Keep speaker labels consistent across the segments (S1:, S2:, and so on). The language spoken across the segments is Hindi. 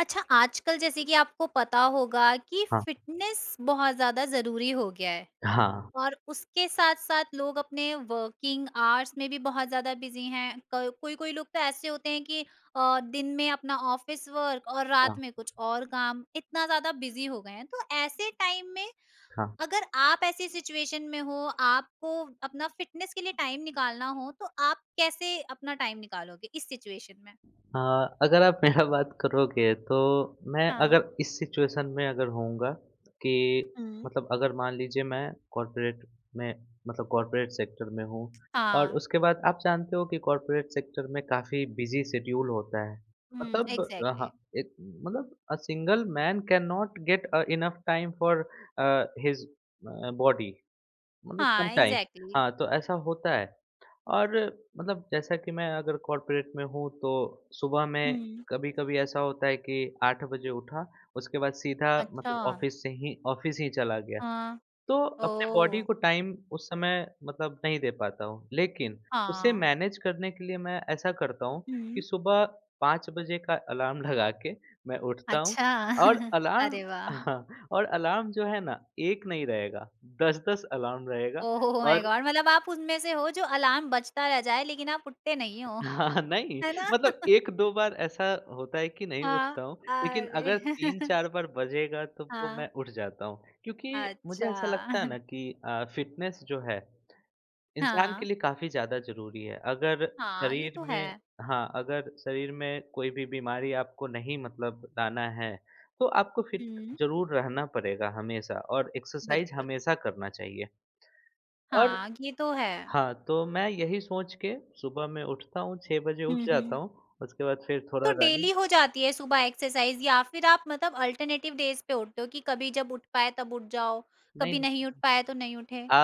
S1: अच्छा आजकल जैसे कि आपको पता होगा कि
S2: हाँ,
S1: फ़िटनेस बहुत ज़्यादा ज़रूरी हो गया है
S2: हाँ,
S1: और उसके साथ-साथ लोग अपने वर्किंग आवर्स में भी बहुत ज़्यादा बिज़ी हैं। क कोई-कोई लोग तो ऐसे होते हैं कि दिन में अपना ऑफ़िस वर्क और रात
S2: हाँ,
S1: में कुछ और काम, इतना ज़्यादा बिज़ी हो गए हैं। तो ऐसे टाइम में
S2: हाँ।
S1: अगर आप ऐसी सिचुएशन में हो, आपको अपना फ़िटनेस के लिए टाइम निकालना हो, तो आप कैसे अपना टाइम निकालोगे इस सिचुएशन में?
S2: अ, अगर आप मेरा बात करोगे तो मैं
S1: हाँ।
S2: अगर इस सिचुएशन में अगर होऊँगा कि
S1: हुँ।
S2: मतलब अगर मान लीजिए मैं कॉर्पोरेट में मतलब कॉर्पोरेट सेक्टर में हूँ और
S1: हाँ।
S2: उसके बाद आप जानते हो कि कॉर्पोरेट सेक्टर में काफ़ी बिज़ी शेड्यूल होता है।
S1: हुँ,
S2: मतलब
S1: एग्ज़ैक्टली।
S2: हाँ, एक मतलब single man can not get enough time for his body मतलब सम
S1: हाँ,
S2: टाइम।
S1: एग्ज़ैक्टली।
S2: हाँ, तो ऐसा होता है। और मतलब जैसा कि मैं अगर कॉर्पोरेट में हूँ तो सुबह में
S1: हुँ।
S2: कभी-कभी ऐसा होता है कि 8 बजे उठा, उसके बाद सीधा
S1: अच्छा,
S2: मतलब ऑफ़िस से ही ऑफ़िस ही चला गया।
S1: हाँ।
S2: तो अपने बॉडी
S1: ओह!
S2: को टाइम उस समय मतलब नहीं दे पाता हूँ। लेकिन उसे
S1: हाँ।
S2: मैनेज करने के लिए मैं ऐसा करता हूँ कि
S1: हुँ।
S2: सुबह 5 बजे का अलार्म लगा के मैं उठता हूँ
S1: अच्छा,
S2: और अलार्म
S1: अरे वाह!
S2: हाँ, और अलार्म जो है ना 1 नहीं रहेगा, 10-10 अलार्म रहेगा।
S1: ओह माय
S2: और
S1: गॉड! मतलब आप उनमें से हो जो अलार्म बजता रह जाए लेकिन आप उठते नहीं हो,
S2: हाँ, नहीं
S1: है ना?
S2: मतलब 1-2 बार ऐसा होता है कि नहीं
S1: हाँ,
S2: उठता हूँ, लेकिन
S1: अरे!
S2: अगर 3-4 बार बजेगा तो वो
S1: हाँ,
S2: मैं उठ जाता हूँ। क्योंकि मुझे
S1: अच्छा।
S2: ऐसा लगता है ना कि फ़िटनेस जो है, इंसान के
S1: हाँ,
S2: लिए काफ़ी ज़्यादा ज़रूरी है। अगर
S1: हाँ, ये
S2: शरीर
S1: तो है।
S2: में हाँ, अगर शरीर में कोई भी बीमारी आपको नहीं मतलब लाना है, तो आपको फ़िट
S1: हुँ।
S2: ज़रूर रहना पड़ेगा हमेशा और एक्सरसाइज़
S1: बिल्कुल,
S2: हमेशा करना चाहिए। और
S1: हाँ, ये तो है।
S2: हाँ, तो मैं यही सोच के सुबह मैं उठता हूँ, 6 बजे उठ
S1: हुँ,
S2: जाता
S1: हुँ।
S2: हूँ, उसके बाद फिर थोड़ा
S1: तो
S2: रनिंग।
S1: डेली हो जाती है सुबह एक्सरसाइज़ या फिर आप मतलब अल्टरनेटिव डेज़ पे उठते हो कि कभी जब उठ पाए तब उठ जाओ, कभी
S2: नहीं
S1: नहीं उठ पाए तो नहीं उठे?
S2: अ,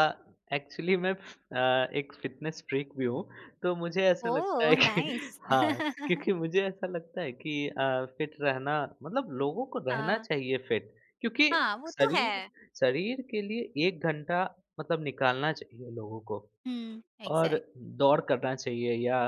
S2: एक्चुअली मैं एक फ़िटनेस फ्रीक भी हूँ, तो मुझे ऐसा लगता है
S1: ओह!
S2: कि
S1: नाइस।
S2: हाँ, क्योंकि मुझे ऐसा लगता है कि फ़िट रहना मतलब लोगों को रहना
S1: हाँ।
S2: चाहिए फ़िट। क्योंकि
S1: हाँ, वो तो
S2: शरीर
S1: है।
S2: शरीर के लिए 1 घंटा मतलब निकालना चाहिए लोगों को।
S1: हुँ,
S2: और
S1: एग्ज़ैक्ट।
S2: दौड़ करना चाहिए या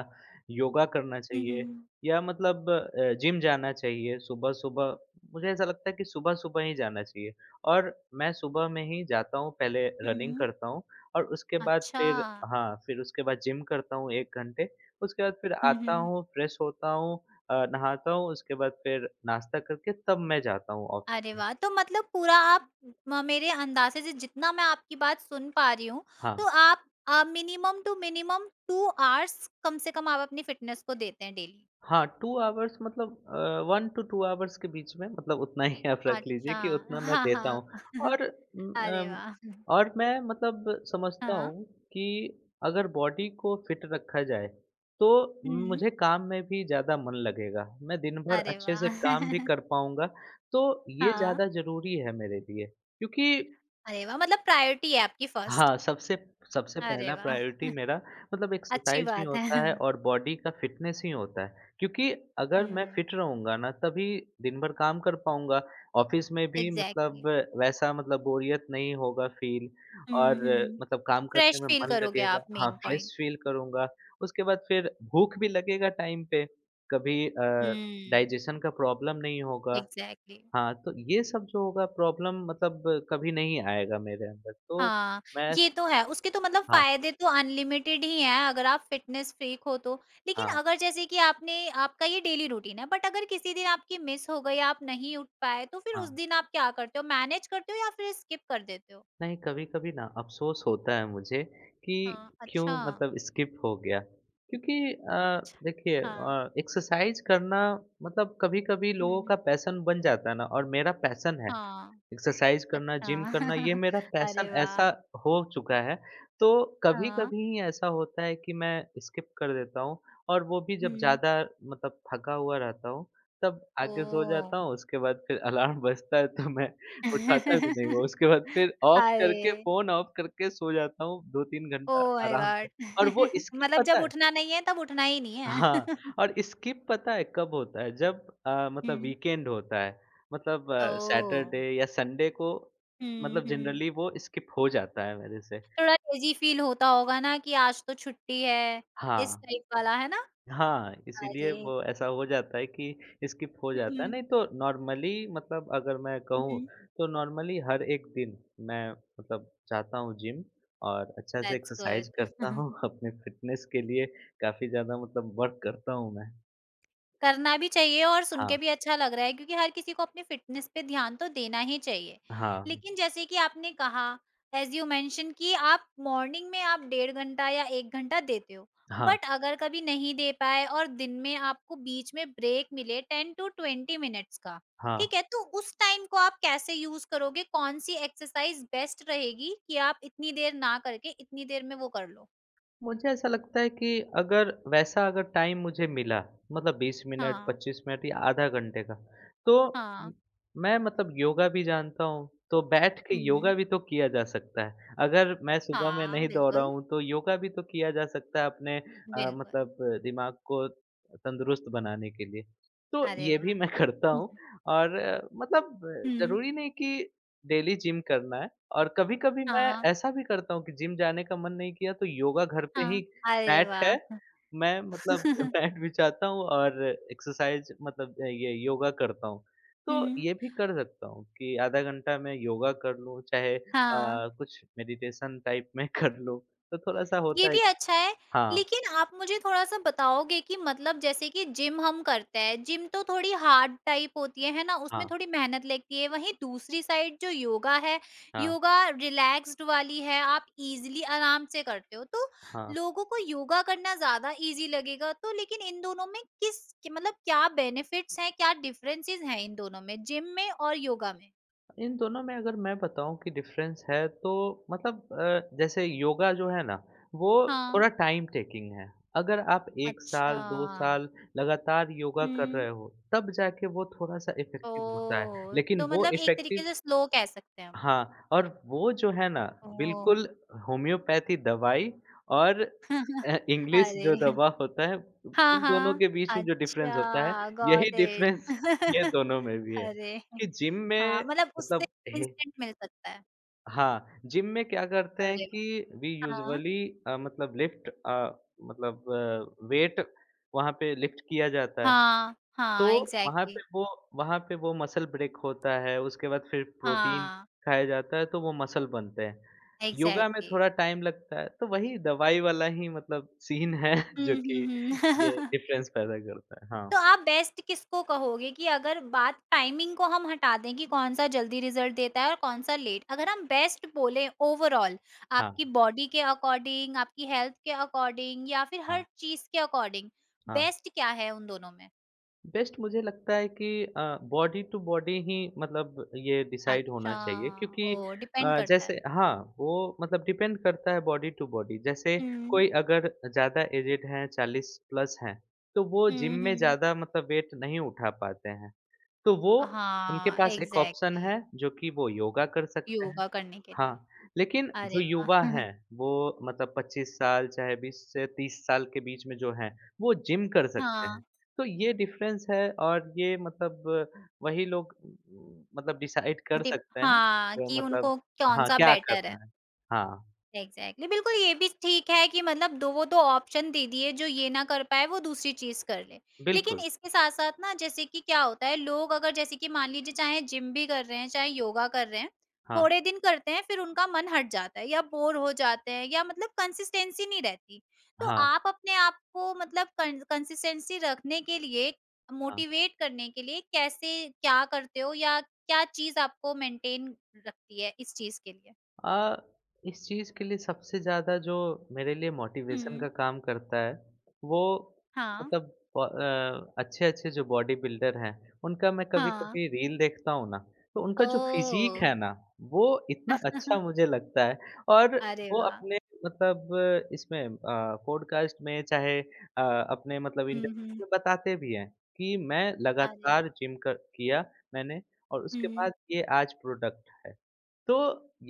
S2: योगा करना
S1: हुँ,
S2: चाहिए
S1: हुँ,
S2: या मतलब जिम जाना चाहिए सुबह-सुबह। मुझे ऐसा लगता है कि सुबह-सुबह ही जाना चाहिए और मैं सुबह में ही जाता हूँ, पहले रनिंग
S1: हुँ।
S2: करता हूँ और उसके बाद
S1: अच्छा।
S2: फिर हाँ, फिर उसके बाद जिम करता हूँ 1 घंटे। उसके बाद फिर
S1: हुँ,
S2: आता
S1: हुँ।
S2: हूँ, फ्रेश होता हूँ नहाता हूँ, उसके बाद फिर नाश्ता करके तब मैं जाता हूँ ऑफ़िस
S1: अरे
S2: में।
S1: वाह! तो मतलब पूरा आप म मेरे अंदाज़े से जितना मैं आपकी बात सुन पा रही हूँ,
S2: हाँ।
S1: तो आप मिनिमम टू मिनिमम 2 आवर्स कम से कम आप अपनी फ़िटनेस को देते हैं डेली?
S2: हाँ, 2 आवर्स मतलब 1 टू 2 आवर्स के बीच में मतलब उतना ही आप रख लीजिए
S1: अच्छा।
S2: कि उतना मैं
S1: हाँ,
S2: देता हूँ।
S1: हाँ।
S2: और उम,
S1: अरे
S2: अम,
S1: वाह!
S2: और मैं मतलब समझता
S1: हाँ।
S2: हूँ कि अगर बॉडी को फिट रखा जाए, तो
S1: हुँ।
S2: मुझे काम में भी ज़्यादा मन लगेगा। मैं दिन भर
S1: अरे
S2: अच्छे
S1: वाह!
S2: से काम भी कर पाऊँगा, तो ये
S1: हाँ।
S2: ज़्यादा ज़रूरी है मेरे लिए। क्योंकि
S1: अरे वाह! मतलब प्रायोरिटी है आपकी फर्स्ट।
S2: हाँ, सबसे सबसे
S1: अरे
S2: पहला
S1: वाह!
S2: प्रायोरिटी मेरा मतलब
S1: अच्छी
S2: एक्सरसाइज़ ही
S1: बात है।
S2: होता है और बॉडी का फिटनेस ही होता है। क्योंकि अगर मैं
S1: हुँ,
S2: फिट रहूँगा ना तभी दिन भर काम कर पाऊँगा। ऑफ़िस में भी
S1: एग्ज़ैक्टली।
S2: मतलब वैसा मतलब बोरियत नहीं होगा फ़ील
S1: हुँ,
S2: और
S1: हुँ।
S2: मतलब काम करने
S1: फ्रेश
S2: में
S1: फील
S2: मन
S1: करोगे
S2: लगेगा।
S1: आप
S2: हाँ,
S1: मेन पॉइंट।
S2: फ्रेश फ़ील करूँगा। उसके बाद फिर भूख भी लगेगा टाइम पे। कभी
S1: हुँ,
S2: डाइजेशन का प्रॉब्लम नहीं होगा।
S1: एग्ज़ैक्टली।
S2: हाँ, तो ये सब जो होगा प्रॉब्लम मतलब कभी नहीं आएगा मेरे अंदर। तो
S1: हाँ,
S2: मैं
S1: ये तो है। उसके तो मतलब
S2: हाँ,
S1: फ़ायदे तो अनलिमिटेड ही हैं अगर आप फिटनेस फ्रीक हो तो। लेकिन
S2: हाँ,
S1: अगर जैसे कि आपने आपका ये डेली रूटीन है बट अगर किसी दिन आपकी मिस हो गई, आप नहीं उठ पाए, तो फिर उस
S2: हाँ।
S1: दिन आप क्या करते हो? मैनेज करते हो या फिर स्किप कर देते हो?
S2: नहीं, कभी-कभी ना अफ़सोस होता है मुझे कि
S1: हाँ,
S2: क्यों
S1: अच्छा।
S2: मतलब स्किप हो गया। क्योंकि
S1: अच्छा।
S2: देखिए
S1: हाँ।
S2: एक्सरसाइज़ करना मतलब कभी-कभी लोगों
S1: हुँ।
S2: का पैशन बन जाता है ना और मेरा पैशन है।
S1: हाँ।
S2: एक्सरसाइज़ करना,
S1: अच्छा।
S2: जिम करना ये मेरा पैशन
S1: अरे
S2: ऐसा
S1: वाह!
S2: हो चुका है, तो
S1: हाँ।
S2: कभी-कभी ऐसा होता है कि मैं स्किप कर देता हूँ और वो भी जब
S1: हुँ।
S2: ज़्यादा मतलब थका हुआ रहता हूँ, तब आके सो
S1: ओह!
S2: जाता हूँ, उसके बाद फिर अलार्म बजता है तो मैं उठाता भी नहीं हूँ। उसके बाद फिर ऑफ करके
S1: अरे!
S2: फ़ोन ऑफ करके सो जाता हूँ 2-3 घंटा
S1: ओह माय
S2: आराम से।
S1: गॉड!
S2: और वो स्किप
S1: मतलब
S2: पता
S1: जब
S2: है
S1: उठना नहीं है तब उठना ही नहीं है।
S2: हाँ, और स्किप पता है कब होता है? जब मतलब
S1: हुँ।
S2: वीकेंड होता है, मतलब
S1: ओह!
S2: सैटरडे या संडे को
S1: हुँ,
S2: मतलब
S1: हुँ।
S2: जनरली वो स्किप हो जाता है मेरे से।
S1: थोड़ा लेज़ी फ़ील होता होगा ना कि आज तो छुट्टी है, इस
S2: हाँ,
S1: टाइप वाला, है ना?
S2: हाँ, इसीलिए वो
S1: अरे!
S2: ऐसा हो जाता है कि स्किप हो
S1: हुँ,
S2: जाता है,
S1: हुँ।
S2: नहीं तो नॉर्मली मतलब अगर मैं
S1: हुँ,
S2: कहूँ,
S1: हुँ।
S2: तो नॉर्मली हर एक दिन मैं मतलब जाता हूँ जिम और अच्छा से
S1: दैट्स
S2: एक्सरसाइज
S1: गुड।
S2: करता हूँ, अपने फिटनेस के लिए काफ़ी ज़्यादा मतलब वर्क करता हूँ मैं।
S1: करना भी चाहिए और सुन
S2: हाँ,
S1: के भी अच्छा लग रहा है क्योंकि हर किसी को अपनी फिटनेस पे ध्यान तो देना ही चाहिए।
S2: हाँ,
S1: लेकिन जैसे कि आपने कहा एज़ यू मेंशन कि आप मॉर्निंग में आप डेढ़ घंटा या 1 घंटा देते हो।
S2: हाँ,
S1: बट अगर कभी नहीं दे पाए और दिन में आपको बीच में ब्रेक मिले 10 टू 20 मिनट्स का,
S2: हाँ।
S1: ठीक है? तो उस टाइम को आप कैसे यूज़ करोगे? कौन-सी एक्सरसाइज बेस्ट रहेगी कि आप इतनी देर ना करके इतनी देर में वो कर लो?
S2: मुझे ऐसा लगता है कि अगर वैसा अगर टाइम मुझे मिला मतलब 20 मिनट
S1: हाँ,
S2: 25 मिनट या आधा घंटे का तो म-
S1: हाँ।
S2: मैं मतलब योगा भी जानता हूँ तो बैठ के योगा
S1: हुँ।
S2: भी तो किया जा सकता है अगर मैं सुबह में
S1: हाँ,
S2: नहीं दौड़ा
S1: बिल्कुल,
S2: हूँ तो योगा भी तो किया जा सकता है अपने
S1: बिल्कुल।
S2: मतलब दिमाग को तंदुरुस्त बनाने के लिए तो
S1: अरे
S2: ये
S1: वाह!
S2: भी मैं करता
S1: हुँ,
S2: हूँ
S1: हुँ।
S2: और मतलब
S1: हुँ,
S2: जरूरी नहीं कि डेली जिम करना है और कभी-कभी मैं
S1: हाँ,
S2: ऐसा भी करता हूँ कि जिम जाने का मन नहीं किया तो योगा घर पे ही
S1: हाँ। अरे
S2: मैट है,
S1: वाह!
S2: मैं मतलब मैट बिछाता हूँ और एक्सरसाइज मतलब ये योगा करता हूँ।
S1: हुँ,
S2: तो
S1: हुँ।
S2: ये भी कर सकता हूँ कि आधा घंटा मैं योगा कर लूँ, चाहे
S1: हाँ,
S2: कुछ मेडिटेशन टाइप में कर लूँ, तो थोड़ा-सा
S1: ये
S2: होता है।
S1: भी अच्छा है,
S2: हाँ,
S1: लेकिन आप मुझे थोड़ा-सा बताओगे कि मतलब जैसे कि जिम हम करते हैं, जिम तो थोड़ी हार्ड टाइप होती है ना? उसमें
S2: हाँ,
S1: थोड़ी मेहनत लगती है, वहीं दूसरी साइड जो योगा है,
S2: हाँ,
S1: योगा रिलैक्स्ड वाली है, आप ईज़िली आराम से करते हो। तो
S2: हाँ।
S1: लोगों को योगा करना ज़्यादा ईज़ी लगेगा, तो लेकिन इन दोनों में किस कि मतलब क्या बेनिफिट्स हैं, क्या डिफरेंसेस हैं इन दोनों में, जिम में और योगा में?
S2: इन दोनों में अगर मैं बताऊँ कि डिफ़रेंस है तो मतलब जैसे योगा जो है ना वो
S1: हाँ।
S2: थोड़ा टाइम टेकिंग है। अगर आप 1 साल,
S1: अच्छा।
S2: 2 साल लगातार योगा कर
S1: हुँ।
S2: रहे हो तब जाके वो थोड़ा-सा इफ़ेक्टिव होता है।
S1: ओह!
S2: लेकिन
S1: तो
S2: वो
S1: मतलब एक
S2: इफ़ेक्टिव
S1: तरीके से स्लो कह सकते हैं हम।
S2: हाँ, और वो जो है ना
S1: ओह!
S2: बिल्कुल होम्योपैथी दवाई और इंग्लिश
S1: अरे!
S2: जो दवा होता है
S1: हाँ,
S2: इन दोनों
S1: हाँ।
S2: के बीच में जो डिफ़रेंस होता है
S1: अच्छा,
S2: यही
S1: गॉट इट।
S2: डिफ़रेंस ये दोनों में भी है
S1: अरे!
S2: कि जिम में
S1: हाँ, मतलब उससे
S2: मतलब हे
S1: इंस्टेंट मिल सकता है।
S2: हाँ, जिम में क्या करते हैं
S1: अरे
S2: कि
S1: वाह!
S2: वी
S1: हाँ।
S2: यूजुअली मतलब लिफ्ट मतलब वेट वहाँ पे लिफ्ट किया जाता है।
S1: हाँ,
S2: तो
S1: हाँ,
S2: वहाँ
S1: एग्ज़ैक्टली।
S2: पे वो वहाँ पे वो मसल ब्रेक होता है, उसके बाद फिर प्रोटीन
S1: हाँ,
S2: खाया जाता है, तो वो मसल बनते हैं। योगा में
S1: एग्ज़ैक्टली।
S2: थोड़ा टाइम लगता है, तो वही दवाई वाला ही मतलब सीन है
S1: हुँ,
S2: जो
S1: हुँ,
S2: कि ये
S1: हुँ।
S2: डिफरेंस पैदा करता है। हाँ,
S1: तो आप बेस्ट किसको कहोगे कि अगर बात टाइमिंग को हम हटा दें कि कौन-सा जल्दी रिज़ल्ट देता है और कौन-सा लेट। अगर हम बेस्ट बोलें ओवरऑल
S2: हाँ,
S1: आपकी बॉडी के अकॉर्डिंग, आपकी हेल्थ के अकॉर्डिंग या फिर
S2: हाँ,
S1: हर चीज़ के अकॉर्डिंग,
S2: हाँ।
S1: बेस्ट क्या है उन दोनों में?
S2: बेस्ट मुझे लगता है कि बॉडी टू बॉडी ही मतलब ये डिसाइड
S1: अच्छा,
S2: होना चाहिए क्योंकि
S1: ओह! डिपेंड करता
S2: जैसे
S1: है।
S2: हाँ वो मतलब डिपेंड करता है बॉडी टू बॉडी जैसे
S1: हुँ।
S2: कोई अगर ज़्यादा एजेड हैं 40+ हैं तो वो जिम
S1: हुँ,
S2: में
S1: हुँ।
S2: ज़्यादा मतलब वेट नहीं उठा पाते हैं तो वो उनके
S1: हाँ,
S2: पास एक ऑप्शन
S1: एग्ज़ैक्टली
S2: है जो कि वो योगा कर सकते हैं।
S1: योगा करने के लिए।
S2: हाँ, लेकिन जो
S1: अरे वाह!
S2: युवा हैं, वो मतलब 25 साल चाहे 20 से 30 साल के बीच में जो हैं, वो जिम कर सकते हैं।
S1: हाँ,
S2: तो ये डिफ़रेंस है और ये मतलब वही लोग मतलब डिसाइड कर
S1: डिप
S2: सकते हैं
S1: हाँ,
S2: कि
S1: कि
S2: मतलब
S1: उनको
S2: हाँ,
S1: कौन-सा
S2: क्या
S1: बेटर है।
S2: करना है। हाँ,
S1: एग्जैक्टली exactly. बिल्कुल ये भी ठीक है कि मतलब दो वो तो ऑप्शन दे दिए जो ये ना कर पाए वो दूसरी चीज कर ले लेकिन
S2: बिल्कुल।
S1: इसके साथ साथ ना जैसे कि क्या होता है लोग अगर जैसे कि मान लीजिए चाहे जिम भी कर रहे हैं चाहे योगा कर रहे हैं
S2: हाँ,
S1: थोड़े दिन करते हैं फिर उनका मन हट जाता है या बोर हो जाते हैं या मतलब कंसिस्टेंसी नहीं रहती तो
S2: हाँ,
S1: आप अपने आप को मतलब कंसिस्टेंसी रखने के लिए
S2: हाँ।
S1: मोटिवेट करने के लिए कैसे क्या करते हो या क्या चीज आपको मेंटेन रखती है इस चीज के लिए
S2: आ, इस चीज़ के लिए सबसे ज़्यादा जो मेरे लिए मोटिवेशन
S1: हम्म
S2: का काम करता है, वो
S1: हाँ
S2: मतलब अच्छे-अच्छे जो बॉडी बिल्डर हैं, उनका मैं
S1: हाँ,
S2: कभी-कभी रील देखता हूँ ना, तो उनका जो
S1: ओह!
S2: फ़िज़ीक है ना, वो इतना अच्छा मुझे लगता है। और
S1: अरे
S2: वो
S1: वाह!
S2: अपने मतलब इसमें इसमें पॉडकास्ट में चाहे अपने मतलब
S1: हुँ, हुँ।
S2: इंटरव्यू में बताते भी हैं कि मैं
S1: अरे!
S2: लगातार जिम कर किया मैंने और उसके
S1: हुँ।
S2: बाद ये आज प्रोडक्ट है। तो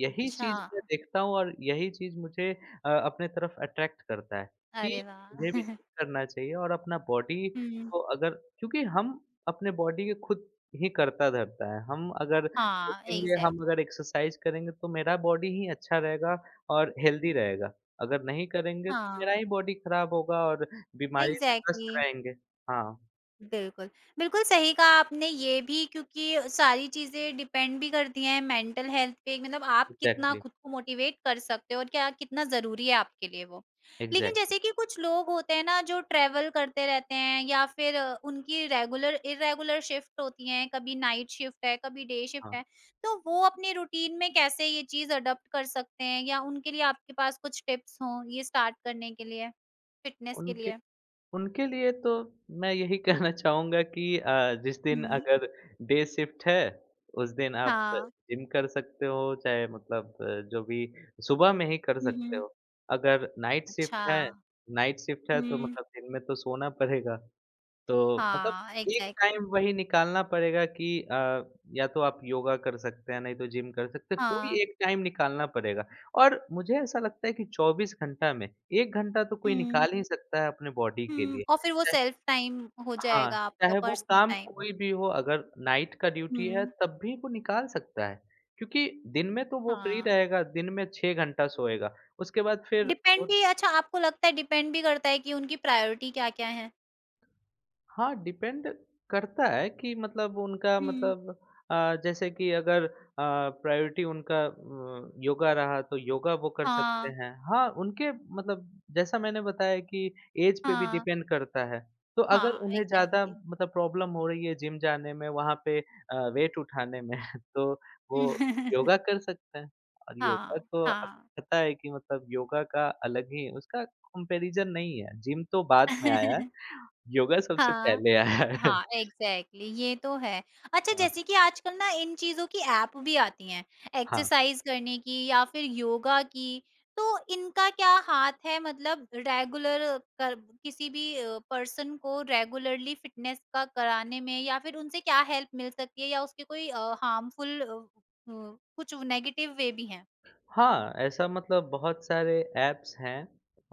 S2: यही
S1: अच्छा,
S2: चीज़ मैं देखता हूँ और यही चीज़ मुझे अपने तरफ अट्रैक्ट करता है कि
S1: अरे वाह!
S2: मुझे भी जिम करना चाहिए और अपना बॉडी
S1: हुँ।
S2: को अगर क्योंकि हम अपने बॉडी के खुद ही करता धरता है। हम अगर
S1: हाँ,
S2: देखेंगे,
S1: एग्ज़ैक्ट
S2: हम अगर एक्सरसाइज़ करेंगे तो मेरा बॉडी ही अच्छा रहेगा और हेल्दी रहेगा। अगर नहीं करेंगे तो मेरा
S1: हाँ,
S2: ही बॉडी खराब होगा और बीमारी से
S1: एग्ज़ैक्टली
S2: ग्रस्त रहेंगे। हाँ,
S1: बिल्कुल, बिल्कुल सही कहा आपने ये भी क्योंकि सारी चीज़ें डिपेंड भी करती हैं मेंटल हेल्थ पे मतलब आप कितना
S2: एग्ज़ैक्टली,
S1: खुद को मोटिवेट कर सकते हो और क्या कितना ज़रूरी है आपके लिए वो। लेकिन
S2: एग्ज़ैक्टली।
S1: जैसे कि कुछ लोग होते हैं ना जो ट्रैवल करते रहते हैं या फिर उनकी रेगुलर इर्रेगुलर शिफ्ट होती हैं, कभी नाइट शिफ्ट है, कभी डे
S2: हाँ,
S1: शिफ्ट है, तो वो अपने रूटीन में कैसे ये चीज़ अडॉप्ट कर सकते हैं या उनके लिए आपके पास कुछ टिप्स हों ये स्टार्ट करने के लिए, फिटनेस के
S2: उन
S1: लिए?
S2: उनके लिए तो मैं यही कहना चाहूँगा कि जिस दिन
S1: हुँ।
S2: अगर डे शिफ्ट है, उस दिन आप
S1: हाँ।
S2: जिम कर सकते हो, चाहे मतलब जो भी सुबह में ही कर
S1: हुँ,
S2: सकते
S1: हुँ।
S2: हो। अगर
S1: अच्छा।
S2: नाइट शिफ्ट है तो
S1: हुँ।
S2: मतलब दिन में तो सोना पड़ेगा। तो मतलब
S1: हाँ,
S2: एक
S1: एग्ज़ैक्टली।
S2: टाइम वही निकालना पड़ेगा कि या तो आप योगा कर सकते हैं, नहीं तो जिम कर सकते हैं, कोई
S1: हाँ।
S2: एक टाइम निकालना पड़ेगा। और मुझे ऐसा लगता है कि 24 घंटा में 1 घंटा तो कोई
S1: हुँ,
S2: निकाल ही सकता है अपने बॉडी के
S1: हुँ।
S2: लिए।
S1: और फिर वो
S2: चाहे
S1: सेल्फ टाइम हो
S2: हाँ,
S1: जाएगा आपका
S2: चाहे वो
S1: पर्सनल
S2: काम
S1: टाइम।
S2: कोई भी हो अगर नाइट का ड्यूटी है
S1: हुँ।
S2: तब भी वो निकाल सकता है। क्योंकि दिन में तो वो फ्री
S1: हाँ,
S2: रहेगा, दिन में 6 घंटा सोएगा, उसके बाद फिर वो
S1: डिपेंड भी अच्छा आपको लगता है डिपेंड भी करता है कि उनकी प्रायोरिटी क्या-क्या है?
S2: हाँ, डिपेंड करता है कि मतलब उनका
S1: हुँ।
S2: मतलब जैसे कि अगर प्रायोरिटी उनका योगा रहा तो योगा वो कर सकते
S1: हाँ,
S2: हैं। हाँ, उनके मतलब जैसा मैंने बताया कि ऐज पे भी
S1: हाँ,
S2: डिपेंड करता है। तो अगर
S1: हाँ,
S2: उन्हें ज़्यादा
S1: एग्ज़ैक्टली।
S2: मतलब प्रॉब्लम हो रही है जिम जाने में, वहाँ पे वेट उठाने में तो वो
S1: हुँ।
S2: योगा कर सकते हैं। और योगा
S1: हाँ,
S2: तो आपको
S1: हाँ।
S2: पता है कि मतलब योगा का अलग ही उसका कंपैरिज़न नहीं है, जिम तो बाद में आया है। योगा सबसे
S1: हाँ।
S2: पहले आया है।
S1: हाँ, एग्ज़ैक्टली ये तो है। अच्छा
S2: हाँ,
S1: जैसे कि आजकल ना इन चीज़ों की ऐप भी आती हैं,
S2: हाँ।
S1: एक्सरसाइज़ करने की या फिर योगा की, तो इनका क्या हाथ है मतलब रेगुलर कर किसी भी पर्सन को रेगुलरली फिटनेस का कराने में या फिर उनसे क्या हेल्प मिल सकती है या उसके कोई हार्मफुल कुछ नेगेटिव वे भी हैं?
S2: हाँ, ऐसा मतलब बहुत सारे ऐप्स हैं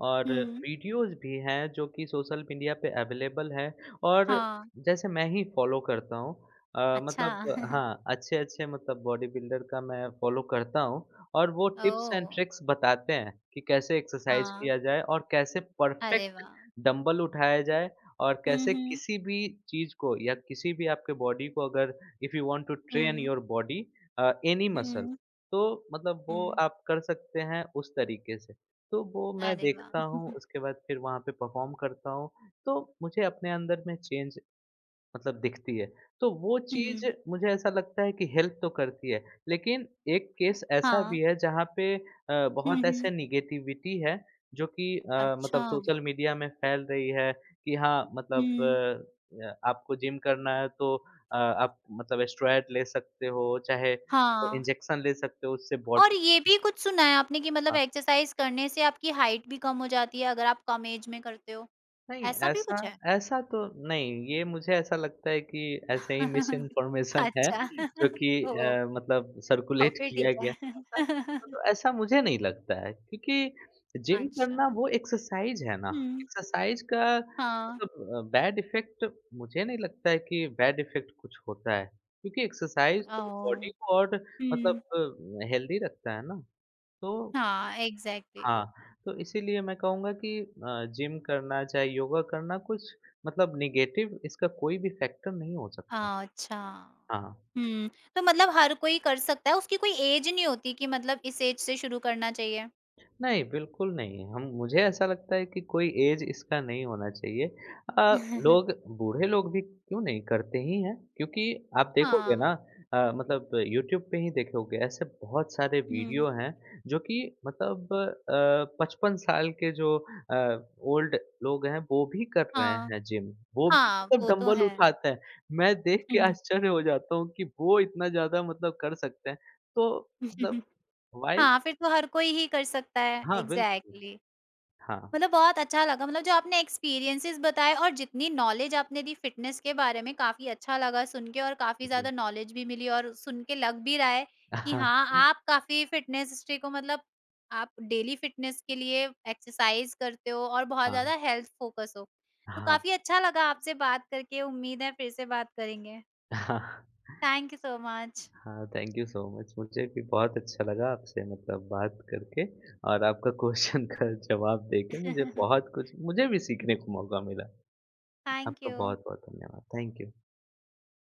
S2: और
S1: हुँ,
S2: वीडियोज़ भी हैं जो कि सोशल मीडिया पे अवेलेबल हैं और
S1: हाँ,
S2: जैसे मैं ही फ़ॉलो करता हूँ।
S1: अच्छा।
S2: मतलब हाँ, अच्छे-अच्छे मतलब बॉडी बिल्डर का मैं फ़ॉलो करता हूँ और वो टिप्स
S1: ओह!
S2: एंड ट्रिक्स बताते हैं कि कैसे एक्सरसाइज़
S1: हाँ,
S2: किया जाए और कैसे
S1: अरे
S2: परफ़ेक्ट
S1: वाह!
S2: डंबल उठाया जाए और
S1: हुँ,
S2: कैसे
S1: हुँ,
S2: किसी भी चीज़ को या किसी भी आपके बॉडी को अगर if you want to train
S1: हुँ,
S2: योर बॉडी एनी मसल
S1: हुँ,
S2: तो मतलब वो
S1: हुँ।
S2: आप कर सकते हैं उस तरीके से। तो वो मैं
S1: अरे वाह!
S2: देखता हूँ उसके बाद फिर वहाँ पे परफ़ॉर्म करता हूँ। तो मुझे अपने अंदर में चेंज मतलब दिखती है। तो वो
S1: हुँ।
S2: चीज़ मुझे ऐसा लगता है कि हेल्प तो करती है, लेकिन एक केस ऐसा भी
S1: हाँ।
S2: है जहाँ पे
S1: हुँ,
S2: बहुत ऐसे
S1: हुँ।
S2: नेगेटिविटी है जो कि
S1: अच्छा।
S2: मतलब सोशल मीडिया में फैल रही है कि हाँ, मतलब
S1: हुँ।
S2: आपको जिम करना है तो आप मतलब स्टेरॉयड ले सकते हो, चाहे वो
S1: हाँ,
S2: इंजेक्शन ले सकते हो उससे
S1: और
S2: बॉडी।
S1: ये भी कुछ सुना है आपने कि मतलब
S2: हाँ।
S1: एक्सरसाइज़ करने से आपकी हाइट भी कम हो जाती है अगर आप कम एज में करते हो,
S2: नहीं,
S1: ऐसा भी
S2: ऐसा
S1: कुछ है?
S2: ऐसा तो नहीं, ये मुझे ऐसा लगता है कि ऐसे ही मिस इन्फॉर्मेशन है
S1: अच्छा।
S2: जो कि
S1: ओह!
S2: मतलब
S1: और
S2: सर्कुलेट
S1: फिर
S2: किया
S1: ठीक
S2: गया
S1: है।
S2: है। ऐसा मुझे नहीं लगता है क्योंकि जिम
S1: अच्छा।
S2: करना वो एक्सरसाइज है ना,
S1: हुँ,
S2: एक्सरसाइज का
S1: हाँ।
S2: मतलब बैड इफ़ेक्ट मुझे नहीं लगता है कि बैड इफ़ेक्ट कुछ होता है क्योंकि एक्सरसाइज तो
S1: ओह!
S2: बॉडी को और मतलब
S1: हुँ,
S2: हेल्दी रखता है ना, तो
S1: हाँ, एग्ज़ैक्टली।
S2: हाँ, तो इसीलिए मैं कहूँगा कि जिम करना चाहे योगा करना कुछ मतलब नेगेटिव इसका कोई भी फैक्टर नहीं हो सकता है।
S1: अच्छा।
S2: हाँ,
S1: हुँ, तो मतलब हर कोई कर सकता है, उसकी कोई एज नहीं होती कि मतलब इस एज से शुरू करना चाहिए?
S2: नहीं, बिल्कुल नहीं। हम मुझे ऐसा लगता है कि कोई ऐज इसका नहीं होना चाहिए। अ, लोग बूढ़े लोग भी क्यों नहीं करते ही हैं, क्योंकि आप देखोगे
S1: हाँ,
S2: ना मतलब यूट्यूब पे ही देखोगे ऐसे बहुत सारे
S1: हुँ,
S2: वीडियो हैं जो कि मतलब 55 साल के जो ओल्ड लोग हैं वो भी कर रहे
S1: हाँ,
S2: हैं जिम। वो भी
S1: हाँ,
S2: मतलब
S1: वो तो
S2: डंबल
S1: है।
S2: उठाते हैं। मैं देख के
S1: हुँ, हुँ।
S2: आश्चर्य हो जाता हूँ कि वो इतना ज़्यादा मतलब कर सकते हैं। तो मतलब व्हाई
S1: हाँ, फिर तो हर कोई ही कर सकता है,
S2: हाँ, बिल्कुल।
S1: एग्ज़ैक्टली।
S2: हाँ।
S1: मतलब बहुत अच्छा लगा मतलब जो आपने एक्सपीरियंसेस बताए और जितनी नॉलेज आपने दी फ़िटनेस के बारे में काफ़ी अच्छा लगा सुन के और काफ़ी
S2: जी।
S1: ज़्यादा नॉलेज भी मिली और सुन के लग भी रहा है कि
S2: हाँ,
S1: हाँ, आप काफ़ी फ़िटनेस हिस्ट्री को मतलब आप डेली फ़िटनेस के लिए एक्सरसाइज़ करते हो और बहुत
S2: हाँ,
S1: ज़्यादा हेल्थ फ़ोकस हो। तो
S2: हाँ,
S1: काफ़ी अच्छा लगा आपसे बात करके, उम्मीद है फिर से बात करेंगे।
S2: हाँ,
S1: Thank you so much.
S2: हाँ, थैंक यू सो मच। मुझे भी बहुत अच्छा लगा आपसे मतलब बात करके और आपका क्वेश्चन का जवाब देके मुझे बहुत कुछ मुझे भी सीखने को मौका मिला।
S1: Thank
S2: आपका
S1: you.
S2: बहुत-बहुत धन्यवाद। Thank you.